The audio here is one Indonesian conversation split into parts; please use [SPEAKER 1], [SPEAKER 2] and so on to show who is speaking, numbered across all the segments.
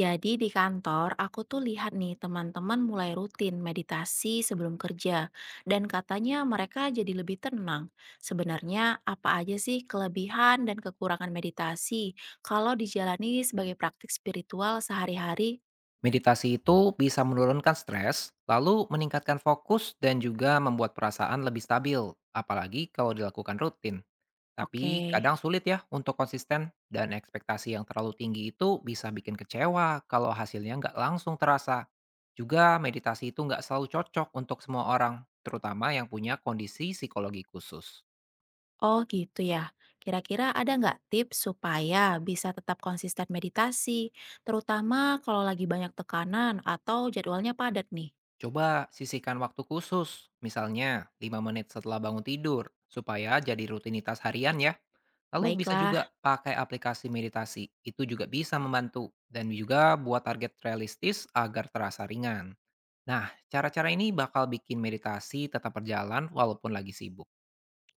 [SPEAKER 1] Jadi di kantor aku tuh lihat nih teman-teman mulai rutin meditasi sebelum kerja dan katanya mereka jadi lebih tenang. Sebenarnya apa aja sih kelebihan dan kekurangan meditasi kalau dijalani sebagai praktik spiritual sehari-hari?
[SPEAKER 2] Meditasi itu bisa menurunkan stres, lalu meningkatkan fokus dan juga membuat perasaan lebih stabil, apalagi kalau dilakukan rutin.
[SPEAKER 1] Oke,
[SPEAKER 2] Tapi kadang sulit ya untuk konsisten dan ekspektasi yang terlalu tinggi itu bisa bikin kecewa kalau hasilnya nggak langsung terasa. Juga meditasi itu nggak selalu cocok untuk semua orang, terutama yang punya kondisi psikologi khusus.
[SPEAKER 1] oh gitu ya. Kira-kira ada nggak tips supaya bisa tetap konsisten meditasi, terutama kalau lagi banyak tekanan atau jadwalnya padat nih?
[SPEAKER 2] Coba sisihkan waktu khusus, misalnya 5 menit setelah bangun tidur, supaya jadi rutinitas harian ya. Lalu bisa juga
[SPEAKER 1] Baiklah.
[SPEAKER 2] pakai aplikasi meditasi, itu juga bisa membantu. Dan juga buat target realistis agar terasa ringan. Nah, cara-cara ini bakal bikin meditasi tetap berjalan walaupun lagi sibuk.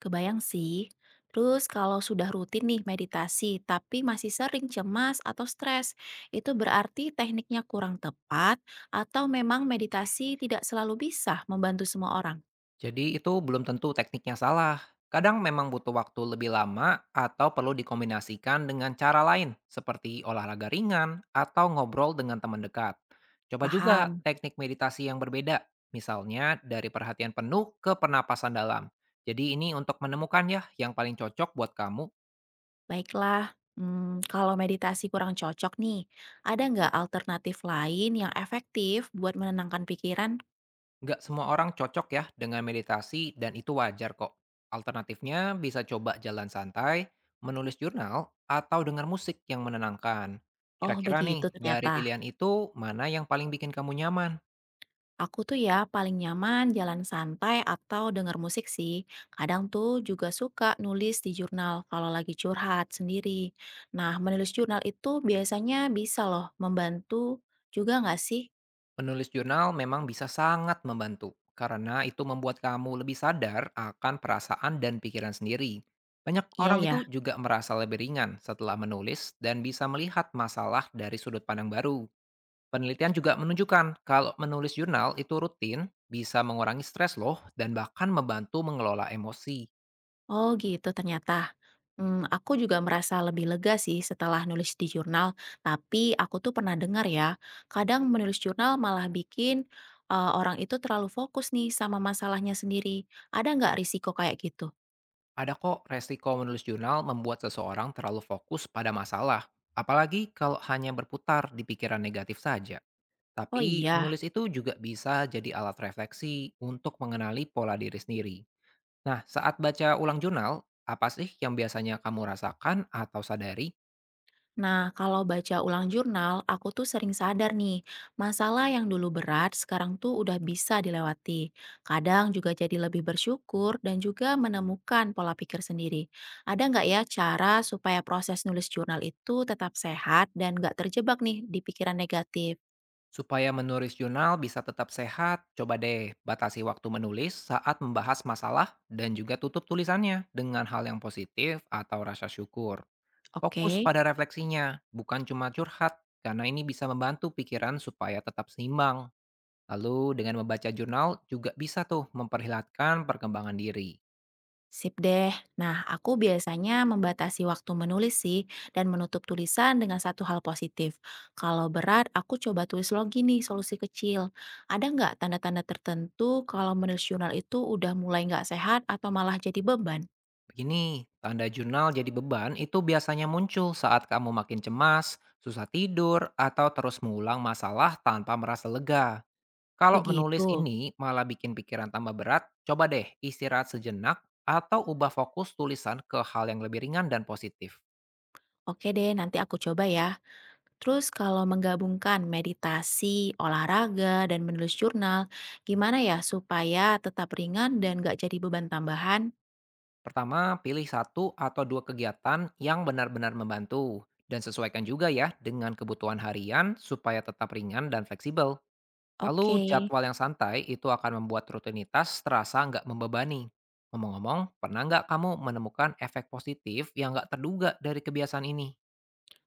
[SPEAKER 1] Kebayang sih. Terus kalau sudah rutin nih meditasi, tapi masih sering cemas atau stres, itu berarti tekniknya kurang tepat atau memang meditasi tidak selalu bisa membantu semua orang.
[SPEAKER 2] Jadi itu belum tentu tekniknya salah. Kadang memang butuh waktu lebih lama atau perlu dikombinasikan dengan cara lain seperti olahraga ringan atau ngobrol dengan teman dekat. Coba juga
[SPEAKER 1] Paham?
[SPEAKER 2] teknik meditasi yang berbeda, misalnya dari perhatian penuh ke pernapasan dalam. Jadi ini untuk menemukan ya yang paling cocok buat kamu.
[SPEAKER 1] Baiklah, kalau meditasi kurang cocok nih, ada nggak alternatif lain yang efektif buat menenangkan pikiran?
[SPEAKER 2] Nggak semua orang cocok ya dengan meditasi dan itu wajar kok. Alternatifnya bisa coba jalan santai, menulis jurnal, atau dengar musik yang menenangkan.
[SPEAKER 1] Oh
[SPEAKER 2] Kira-kira nih,
[SPEAKER 1] begitu
[SPEAKER 2] dari
[SPEAKER 1] ternyata.
[SPEAKER 2] pilihan itu, mana yang paling bikin kamu nyaman?
[SPEAKER 1] Aku tuh ya paling nyaman jalan santai atau denger musik sih. Kadang tuh juga suka nulis di jurnal kalau lagi curhat sendiri. Nah, menulis jurnal itu biasanya bisa loh membantu juga nggak sih?
[SPEAKER 2] Menulis jurnal memang bisa sangat membantu, karena itu membuat kamu lebih sadar akan perasaan dan pikiran sendiri. Banyak
[SPEAKER 1] Iya
[SPEAKER 2] orang
[SPEAKER 1] ya.
[SPEAKER 2] itu juga merasa lebih ringan setelah menulis dan bisa melihat masalah dari sudut pandang baru. Penelitian juga menunjukkan kalau menulis jurnal itu rutin bisa mengurangi stres loh dan bahkan membantu mengelola emosi.
[SPEAKER 1] Oh gitu ternyata. Aku juga merasa lebih lega sih setelah nulis di jurnal. Tapi aku tuh pernah dengar ya, kadang menulis jurnal malah bikin orang itu terlalu fokus nih sama masalahnya sendiri. Ada nggak risiko kayak gitu?
[SPEAKER 2] Ada kok resiko menulis jurnal membuat seseorang terlalu fokus pada masalah, apalagi kalau hanya berputar di pikiran negatif saja.
[SPEAKER 1] Oh
[SPEAKER 2] Tapi
[SPEAKER 1] iya.
[SPEAKER 2] menulis itu juga bisa jadi alat refleksi untuk mengenali pola diri sendiri. Nah, saat baca ulang jurnal, apa sih yang biasanya kamu rasakan atau sadari?
[SPEAKER 1] Nah, kalau baca ulang jurnal, aku tuh sering sadar nih, masalah yang dulu berat sekarang tuh udah bisa dilewati. Kadang juga jadi lebih bersyukur dan juga menemukan pola pikir sendiri. Ada nggak ya cara supaya proses nulis jurnal itu tetap sehat dan nggak terjebak nih di pikiran negatif?
[SPEAKER 2] Supaya menulis jurnal bisa tetap sehat, coba deh batasi waktu menulis saat membahas masalah dan juga tutup tulisannya dengan hal yang positif atau rasa syukur. Fokus
[SPEAKER 1] Oke.
[SPEAKER 2] pada refleksinya, bukan cuma curhat, karena ini bisa membantu pikiran supaya tetap seimbang. Lalu dengan membaca jurnal juga bisa tuh memperlihatkan perkembangan diri.
[SPEAKER 1] Sip deh. Nah, aku biasanya membatasi waktu menulis sih dan menutup tulisan dengan satu hal positif. Kalau berat, aku coba tulis lagi nih solusi kecil. Ada nggak tanda-tanda tertentu kalau menulis jurnal itu udah mulai nggak sehat atau malah jadi beban?
[SPEAKER 2] Begini, tanda jurnal jadi beban itu biasanya muncul saat kamu makin cemas, susah tidur, atau terus mengulang masalah tanpa merasa lega. Kalau menulis
[SPEAKER 1] Begitu.
[SPEAKER 2] ini malah bikin pikiran tambah berat, coba deh istirahat sejenak atau ubah fokus tulisan ke hal yang lebih ringan dan positif.
[SPEAKER 1] Oke deh, nanti aku coba ya. Terus kalau menggabungkan meditasi, olahraga, dan menulis jurnal, gimana ya supaya tetap ringan dan nggak jadi beban tambahan?
[SPEAKER 2] Pertama, pilih satu atau dua kegiatan yang benar-benar membantu dan sesuaikan juga ya dengan kebutuhan harian supaya tetap ringan dan fleksibel.
[SPEAKER 1] Oke.
[SPEAKER 2] Lalu jadwal yang santai itu akan membuat rutinitas terasa nggak membebani. Ngomong-ngomong, pernah nggak kamu menemukan efek positif yang nggak terduga dari kebiasaan ini?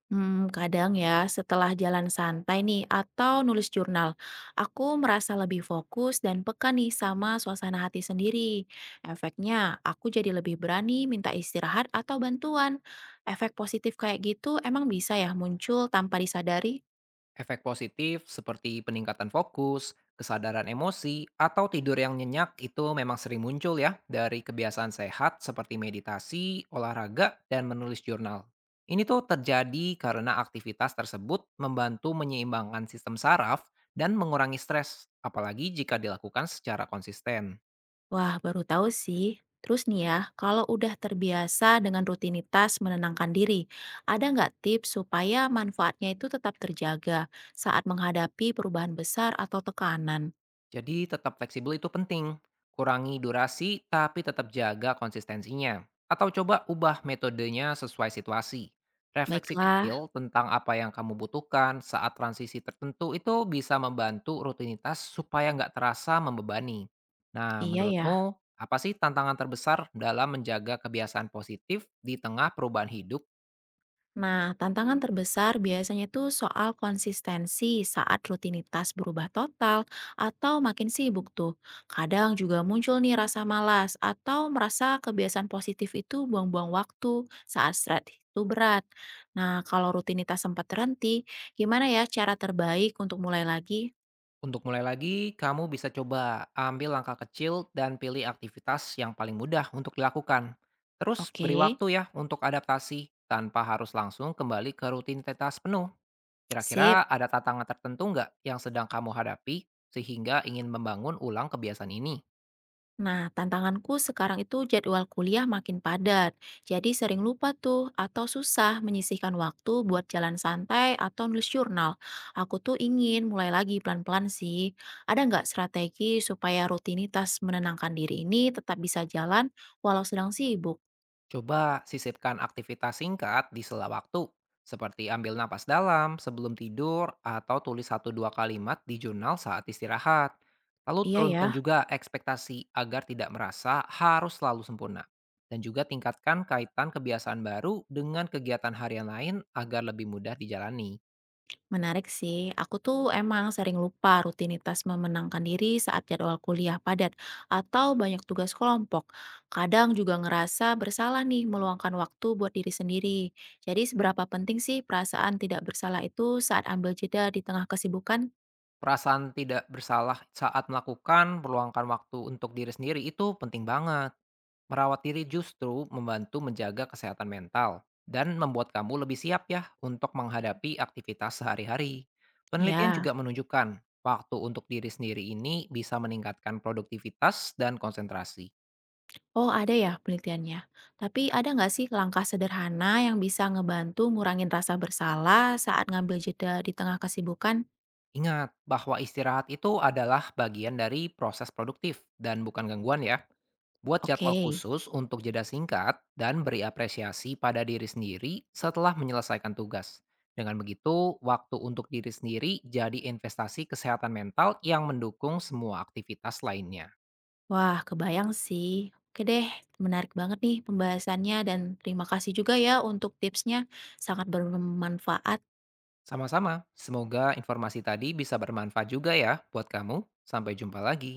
[SPEAKER 1] Kadang ya, setelah jalan santai nih atau nulis jurnal, aku merasa lebih fokus dan peka nih sama suasana hati sendiri. Efeknya, aku jadi lebih berani minta istirahat atau bantuan. Efek positif kayak gitu emang bisa ya muncul tanpa disadari?
[SPEAKER 2] Efek positif seperti peningkatan fokus, kesadaran emosi, atau tidur yang nyenyak itu memang sering muncul ya dari kebiasaan sehat seperti meditasi, olahraga, dan menulis jurnal. Ini tuh terjadi karena aktivitas tersebut membantu menyeimbangkan sistem saraf dan mengurangi stres, apalagi jika dilakukan secara konsisten.
[SPEAKER 1] Wah, baru tahu sih. Terus nih ya, kalau udah terbiasa dengan rutinitas menenangkan diri, ada nggak tips supaya manfaatnya itu tetap terjaga saat menghadapi perubahan besar atau tekanan?
[SPEAKER 2] Jadi tetap fleksibel itu penting. Kurangi durasi tapi tetap jaga konsistensinya. Atau coba ubah metodenya sesuai situasi. Refleksi
[SPEAKER 1] Baiklah,
[SPEAKER 2] kecil tentang apa yang kamu butuhkan saat transisi tertentu itu bisa membantu rutinitas supaya nggak terasa membebani. Nah,
[SPEAKER 1] iya ya.
[SPEAKER 2] menurutmu apa sih tantangan terbesar dalam menjaga kebiasaan positif di tengah perubahan hidup?
[SPEAKER 1] Nah, tantangan terbesar biasanya itu soal konsistensi saat rutinitas berubah total atau makin sibuk tuh. Kadang juga muncul nih rasa malas atau merasa kebiasaan positif itu buang-buang waktu saat stres itu berat. Nah, kalau rutinitas sempat terhenti, gimana ya cara terbaik untuk mulai lagi?
[SPEAKER 2] Untuk mulai lagi, kamu bisa coba ambil langkah kecil dan pilih aktivitas yang paling mudah untuk dilakukan. Terus
[SPEAKER 1] Oke,
[SPEAKER 2] beri waktu ya untuk adaptasi tanpa harus langsung kembali ke rutinitas penuh.
[SPEAKER 1] sip.
[SPEAKER 2] Kira-kira ada tantangan tertentu nggak yang sedang kamu hadapi sehingga ingin membangun ulang kebiasaan ini?
[SPEAKER 1] Nah, tantanganku sekarang itu jadwal kuliah makin padat. Jadi sering lupa tuh atau susah menyisihkan waktu buat jalan santai atau nulis jurnal. Aku tuh ingin mulai lagi pelan-pelan sih. Ada nggak strategi supaya rutinitas menenangkan diri ini tetap bisa jalan walau sedang sibuk?
[SPEAKER 2] Coba sisipkan aktivitas singkat di sela waktu, seperti ambil napas dalam sebelum tidur atau tulis satu dua kalimat di jurnal saat istirahat. Lalu
[SPEAKER 1] Iya
[SPEAKER 2] turunkan
[SPEAKER 1] ya.
[SPEAKER 2] juga ekspektasi agar tidak merasa harus selalu sempurna. Dan juga tingkatkan kaitan kebiasaan baru dengan kegiatan harian lain agar lebih mudah dijalani.
[SPEAKER 1] Menarik sih, aku tuh emang sering lupa rutinitas memenangkan diri saat jadwal kuliah padat atau banyak tugas kelompok. Kadang juga ngerasa bersalah nih meluangkan waktu buat diri sendiri. Jadi seberapa penting sih perasaan tidak bersalah itu saat ambil jeda di tengah kesibukan?
[SPEAKER 2] Perasaan tidak bersalah saat melakukan, meluangkan waktu untuk diri sendiri itu penting banget. Merawat diri justru membantu menjaga kesehatan mental dan membuat kamu lebih siap ya untuk menghadapi aktivitas sehari-hari. Penelitian
[SPEAKER 1] Ya,
[SPEAKER 2] juga menunjukkan waktu untuk diri sendiri ini bisa meningkatkan produktivitas dan konsentrasi.
[SPEAKER 1] oh ada ya penelitiannya. Tapi ada nggak sih langkah sederhana yang bisa ngebantu ngurangin rasa bersalah saat ngambil jeda di tengah kesibukan?
[SPEAKER 2] Ingat bahwa istirahat itu adalah bagian dari proses produktif dan bukan gangguan ya. Buat
[SPEAKER 1] Oke.
[SPEAKER 2] jadwal khusus untuk jeda singkat dan beri apresiasi pada diri sendiri setelah menyelesaikan tugas. Dengan begitu, waktu untuk diri sendiri jadi investasi kesehatan mental yang mendukung semua aktivitas lainnya.
[SPEAKER 1] Wah, kebayang sih. Oke deh, menarik banget nih pembahasannya dan terima kasih juga ya untuk tipsnya. Sangat bermanfaat.
[SPEAKER 2] Sama-sama, semoga informasi tadi bisa bermanfaat juga ya buat kamu. Sampai jumpa lagi.